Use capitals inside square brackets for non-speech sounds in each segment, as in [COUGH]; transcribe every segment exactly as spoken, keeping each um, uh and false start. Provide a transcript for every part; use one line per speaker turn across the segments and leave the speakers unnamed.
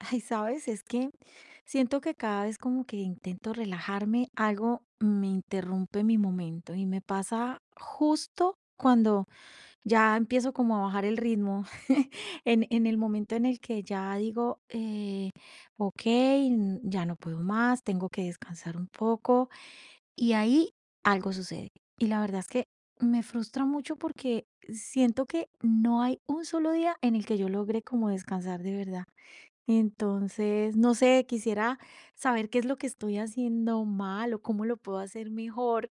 Ay, ¿sabes? Es que siento que cada vez como que intento relajarme, algo me interrumpe mi momento y me pasa justo cuando ya empiezo como a bajar el ritmo. [LAUGHS] en, en el momento en el que ya digo, eh, ok, n- ya no puedo más, tengo que descansar un poco y ahí algo sucede. Y la verdad es que me frustra mucho porque siento que no hay un solo día en el que yo logre como descansar de verdad. Entonces, no sé, quisiera saber qué es lo que estoy haciendo mal o cómo lo puedo hacer mejor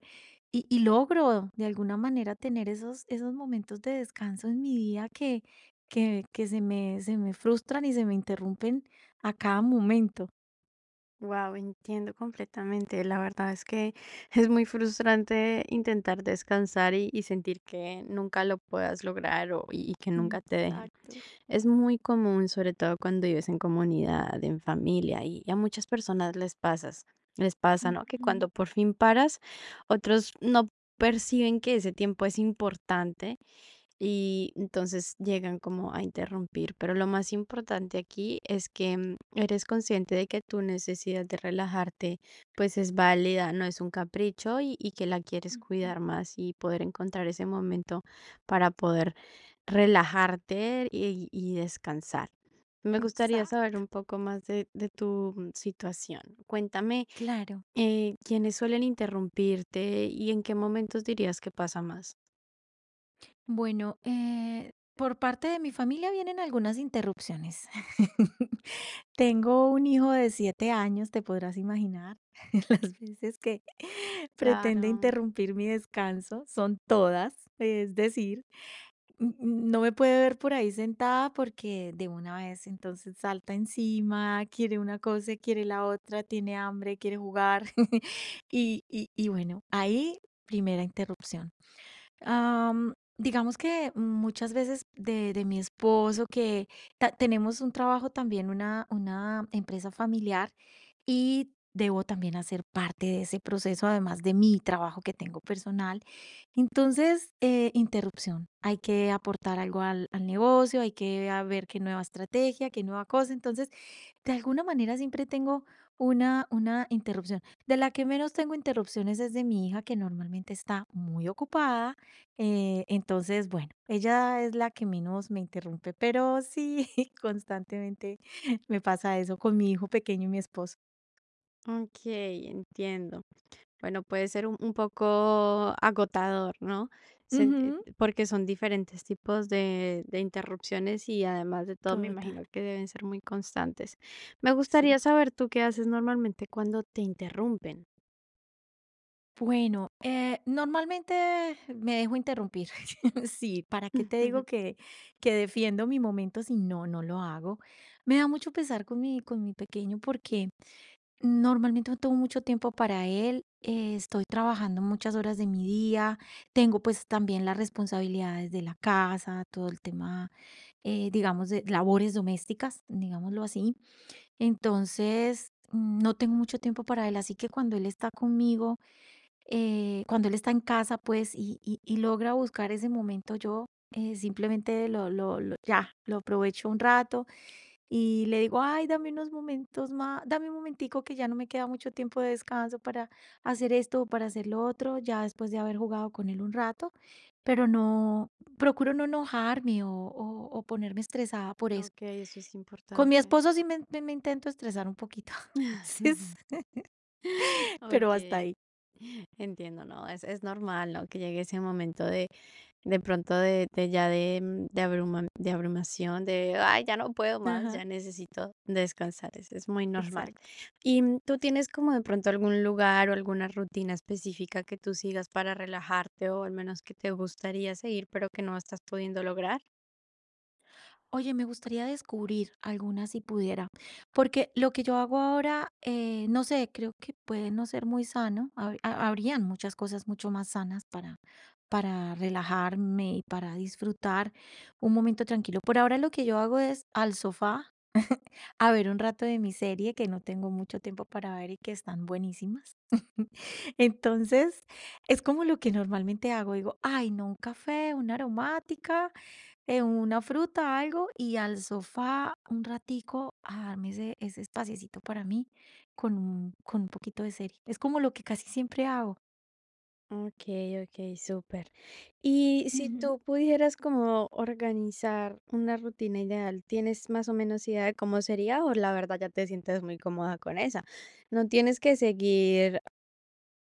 y, y logro de alguna manera tener esos, esos momentos de descanso en mi día que, que, que se me, se me frustran y se me interrumpen a cada momento.
Wow, entiendo completamente. La verdad es que [LAUGHS] es muy frustrante intentar descansar y, y sentir que nunca lo puedas lograr o, y, y que nunca te dejen.
Exacto.
Es muy común, sobre todo cuando vives en comunidad, en familia, y a muchas personas les pasas, les pasa, ¿no? Que
Ujú,
cuando por fin paras, otros no perciben que ese tiempo es importante y entonces llegan como a interrumpir, pero lo más importante aquí es que mm, eres consciente de que tu necesidad de relajarte pues es válida, no es un capricho y, y que la quieres
ujú.
cuidar más y poder encontrar ese momento para poder relajarte y, y descansar. Me gustaría saber
Exacto,
un poco más de, de tu mm, situación. Cuéntame,
claro.
eh, ¿quiénes suelen interrumpirte y en qué momentos dirías que pasa más?
Bueno, eh, por parte de mi familia vienen algunas interrupciones. [LAUGHS] Tengo un hijo de siete años, te podrás imaginar [LAUGHS] las veces que [LAUGHS] pretende
Claro.
interrumpir mi descanso, son todas, es decir, n- no me puede ver por ahí sentada porque de una vez entonces salta encima, quiere una cosa, quiere la otra, tiene hambre, quiere jugar. [LAUGHS] y, y y bueno, ahí primera interrupción. Am, digamos que muchas veces de, de mi esposo, que ta- tenemos un trabajo también, una, una empresa familiar, y debo también hacer parte de ese proceso, además de mi trabajo que tengo personal. Entonces, eh, interrupción. Hay que aportar algo al, al negocio, hay que a ver qué nueva estrategia, qué nueva cosa. Entonces, de alguna manera siempre tengo una, una interrupción. De la que menos tengo interrupciones es de mi hija, que normalmente está muy ocupada. Eh, entonces, bueno, ella es la que menos me interrumpe, pero sí, [LAUGHS] constantemente me pasa eso con mi hijo pequeño y mi esposo.
Ok, entiendo. Bueno, puede ser un, un poco agotador, ¿no? Sen- eh,
Ujú,
Porque son diferentes tipos de, de interrupciones y, además de todo, me
total,
imagino que deben ser muy constantes. Me
sí.
gustaría saber tú qué haces normalmente cuando te interrumpen.
Bueno, eh, normalmente me dejo interrumpir. [LAUGHS] Sí, ¿para qué te digo
[LAUGHS]
que, que defiendo mi momento si no, no lo hago? Me da mucho pesar con mi, con mi pequeño porque normalmente no tengo mucho tiempo para él. Eh, estoy trabajando muchas horas de mi día. Tengo pues también las responsabilidades de la casa, todo el tema eh, digamos, de labores domésticas, digámoslo así. Entonces, mm, no tengo mucho tiempo para él, así que cuando él está conmigo, eh, cuando él está en casa, pues, y, y- y logra buscar ese momento, yo eh, simplemente lo, lo, lo- ya, lo aprovecho un rato y le digo, ay, dame unos momentos más, dame un momentico que ya no me queda mucho tiempo de descanso para hacer esto o para hacer lo otro, ya después de haber jugado con él un rato, pero no, procuro no enojarme o, o- o ponerme estresada por eso.
Ok, eso es
Con mi
importante.
esposo sí me, me- me intento estresar un poquito [LAUGHS] a veces,
[LAUGHS]
pero
Ok,
hasta ahí.
entiendo, ¿no? Es, es normal, ¿no? Que llegue ese momento de De pronto de de ya de mm, de abruma de abrumación, de: "Ay, ya no puedo más,
Ajá,
ya necesito descansar". es es muy normal.
exacto.
Y, mm, ¿tú tienes como de pronto algún lugar o alguna rutina específica que tú sigas para relajarte, o al menos que te gustaría seguir pero que no estás pudiendo lograr?
Oye, me gustaría descubrir algunas si pudiera, porque lo que yo hago ahora, eh, no sé, creo que puede no ser muy sano. hab- ha- Habrían muchas cosas mucho más sanas para, para relajarme y para disfrutar un momento tranquilo. Por ahora lo que yo hago es al sofá a ver un rato de mi serie que no tengo mucho tiempo para ver y que están buenísimas. [LAUGHS] Entonces, es como lo que normalmente hago. Digo, ay, no, un café, una aromática en una fruta, algo, y al sofá un ratico a darme ese, ese espaciecito para mí con un, con un poquito de serie. Es como lo que casi siempre hago.
Okey, okey, súper. Y si
Ujú,
tú pudieras como organizar una rutina ideal, ¿tienes más o menos idea de cómo sería, o la verdad ya te sientes muy cómoda con esa? No tienes que seguir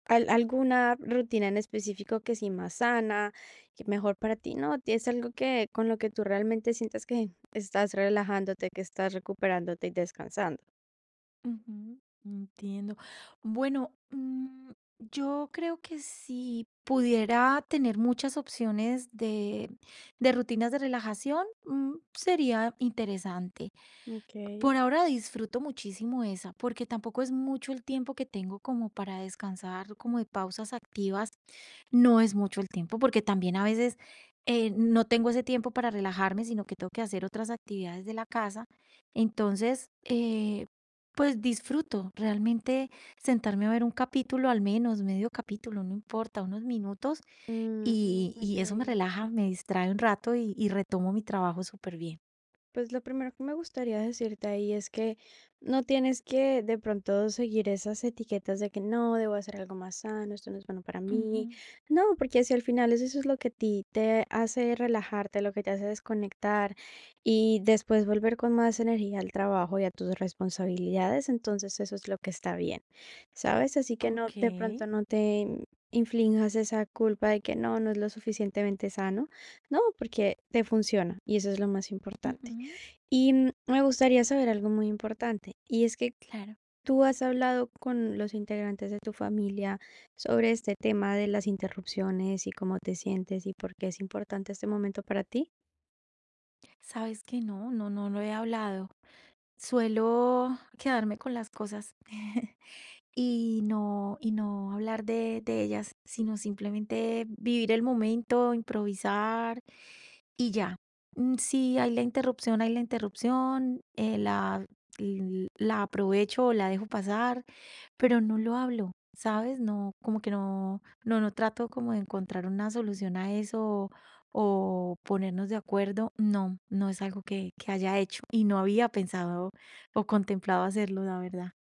¿Al ¿alguna rutina en específico que sí más sana, que mejor para ti? No, es algo que con lo que tú realmente sientas que estás relajándote, que estás recuperándote y descansando.
ujú, entiendo. Bueno, mm, yo creo que si pudiera tener muchas opciones de, de rutinas de relajación, mm, sería interesante. Por
Okey.
ahora disfruto muchísimo esa, porque tampoco es mucho el tiempo que tengo como para descansar, como de pausas activas, no es mucho el tiempo, porque también a veces eh, no tengo ese tiempo para relajarme, sino que tengo que hacer otras actividades de la casa. Entonces, eh, pues disfruto realmente sentarme a ver un capítulo, al menos medio capítulo, no importa, unos minutos,
Mm, mm,
y, y eso me
okey.
relaja, me distrae un rato y, y retomo mi trabajo súper bien.
Pues lo primero que me gustaría decirte ahí es que no tienes que de pronto seguir esas etiquetas de que no, debo hacer algo más sano, esto no es bueno para mí.
Ujú,
No, porque si al final eso es lo que a ti te hace relajarte, lo que te hace desconectar y después volver con más energía al trabajo y a tus responsabilidades, entonces eso es lo que está bien, ¿sabes? Así que no,
ok.
de pronto no te inflinjas esa culpa de que no, no es lo suficientemente sano. No, porque te funciona y eso es lo más importante.
Ujú,
Y, mm, me gustaría saber algo muy importante, y es que
claro.
tú has hablado con los integrantes de tu familia sobre este tema de las interrupciones y cómo te sientes y por qué es importante este momento para ti.
Sabes que no, no, no lo he hablado. Suelo quedarme con las cosas [LAUGHS] y no, y no hablar de, de ellas, sino simplemente vivir el momento, improvisar y ya. Mm, Si hay la interrupción, hay la interrupción, eh, la, l- la aprovecho o la dejo pasar. Pero no lo hablo, ¿sabes? No, como que no, no, no trato como de encontrar una solución a eso o ponernos de acuerdo. No, no es algo que, que haya hecho y no había pensado o contemplado hacerlo, la verdad.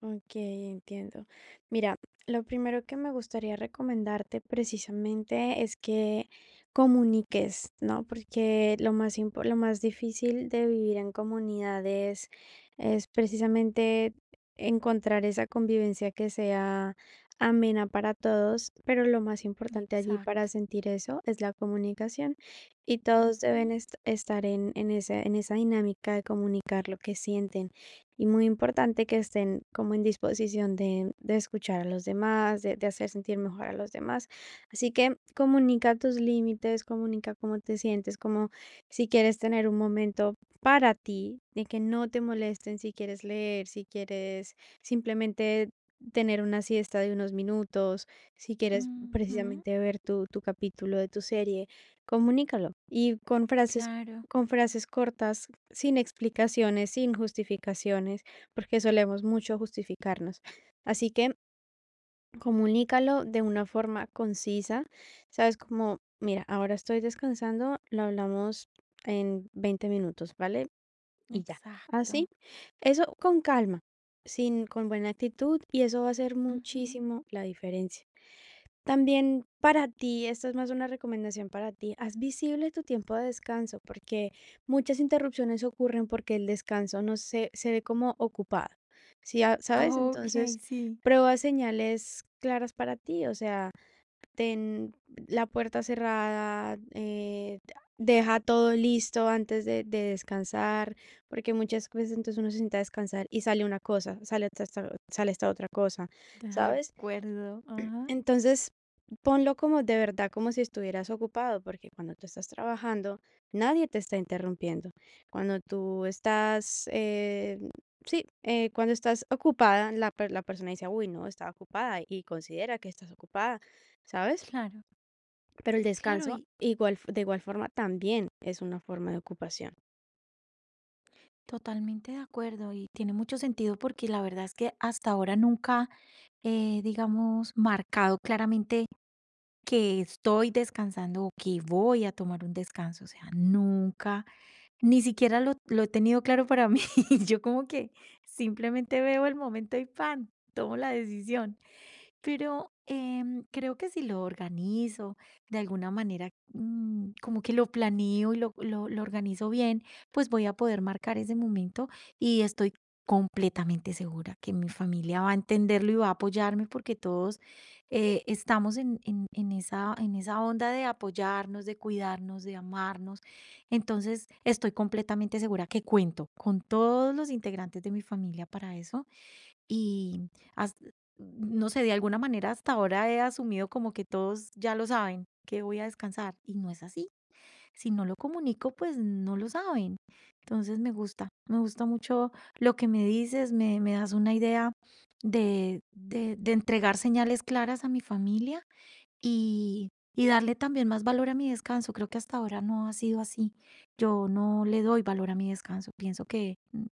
Ok, entiendo. Mira, lo primero que me gustaría recomendarte precisamente es que comuniques, ¿no? Porque lo más impo- lo más difícil de vivir en comunidades es precisamente encontrar esa convivencia que sea amena para todos, pero lo más importante allí para
Exacto.
sentir eso es la comunicación, y todos
Ujú,
deben est- estar en, en esa, en esa dinámica de comunicar lo que sienten. Y muy importante que estén como en disposición de de escuchar a los demás, de de hacer sentir mejor a los demás. Así que comunica tus límites, comunica cómo te sientes, como si quieres tener un momento para ti, de que no te molesten, si quieres leer, si quieres simplemente tener una siesta de unos minutos, si quieres
ujú,
precisamente ver tu tu capítulo de tu serie, comunícalo. Y con frases,
claro,
con frases cortas, sin explicaciones, sin justificaciones, porque solemos mucho justificarnos. Así que comunícalo de una forma concisa, ¿sabes? Como, mira, ahora estoy descansando, lo hablamos en veinte minutos, ¿vale? Y ya. Así,
exacto.
eso con calma, sin, con buena actitud, y eso va a hacer
Ujú.
muchísimo la diferencia. También para ti, esta es más una recomendación para ti: haz visible tu tiempo de descanso, porque muchas interrupciones ocurren porque el descanso no se, se ve como ocupado. ¿Sí? ah,
Ah,
¿Sabes?
ok,
Entonces,
sí,
prueba señales claras para ti, o sea, ten la puerta cerrada, eh, deja todo listo antes de, de descansar, porque muchas veces entonces uno se sienta a descansar y sale una cosa, sale esta, esta- sale esta otra cosa,
de
¿sabes?
acuerdo. Ajá.
Entonces, ponlo como de verdad, como si estuvieras ocupado, porque cuando tú estás trabajando, nadie te está interrumpiendo. Cuando tú estás, eh, sí, eh, cuando estás ocupada, la, per- la persona dice, uy, no, está ocupada y considera que estás ocupada, ¿sabes?
Claro,
Pero el
claro,
descanso,
y,
igual, f- de igual forma, también es una forma de ocupación.
totalmente de acuerdo y tiene mucho sentido porque la verdad es que hasta ahora nunca he, digamos, marcado claramente que estoy descansando o que voy a tomar un descanso. O sea, nunca, ni siquiera lo, lo he tenido claro para mí. [LAUGHS] Yo como que simplemente veo el momento y pan, tomo la decisión. Pero, em, creo que si lo organizo de alguna manera, mm, como que lo planeo y lo lo lo organizo bien, pues voy a poder marcar ese momento y estoy completamente segura que mi familia va a entenderlo y va a apoyarme porque todos, eh, estamos en en en esa en esa onda de apoyarnos, de cuidarnos, de amarnos. Entonces, estoy completamente segura que cuento con todos los integrantes de mi familia para eso. Y has- no sé, de alguna manera hasta ahora he asumido como que todos ya lo saben, que voy a descansar. Y no es así. Si no lo comunico, pues no lo saben. Entonces me gusta, me gusta mucho lo que me dices, me, me das una idea de, de, de entregar señales claras a mi familia y, y darle también más valor a mi descanso. Creo que hasta ahora no ha sido así. Yo no le doy valor a mi descanso. Pienso que mm,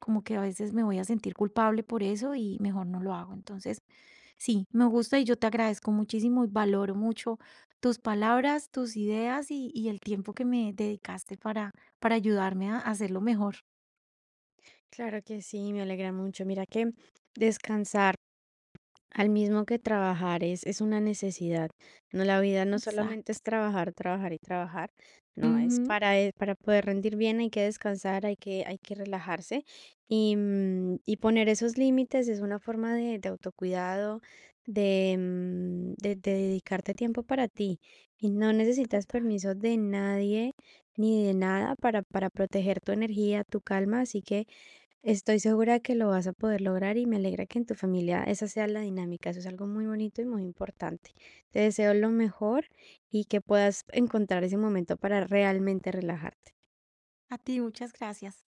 como que a veces me voy a sentir culpable por eso y mejor no lo hago. Entonces, sí, me gusta y yo te agradezco muchísimo y valoro mucho tus palabras, tus ideas y, y el tiempo que me dedicaste para, para ayudarme a hacerlo mejor.
Claro que sí, me alegra mucho. Mira que descansar al mismo que trabajar es, es una necesidad. No, la vida no solamente
Exacto.
es trabajar, trabajar y trabajar. No, es
Ujú.
para, eh, para poder rendir bien hay que descansar, hay que, hay que relajarse y, mm, y poner esos límites es una forma de, de autocuidado, de, mm, de, de dedicarte tiempo para ti. Y no necesitas
Total.
permiso de nadie ni de nada para, para proteger tu energía, tu calma. Así que estoy segura que lo vas a poder lograr y me alegra que en tu familia esa sea la dinámica. Eso es algo muy bonito y muy importante. Te deseo lo mejor y que puedas encontrar ese momento para realmente relajarte.
A ti, muchas gracias.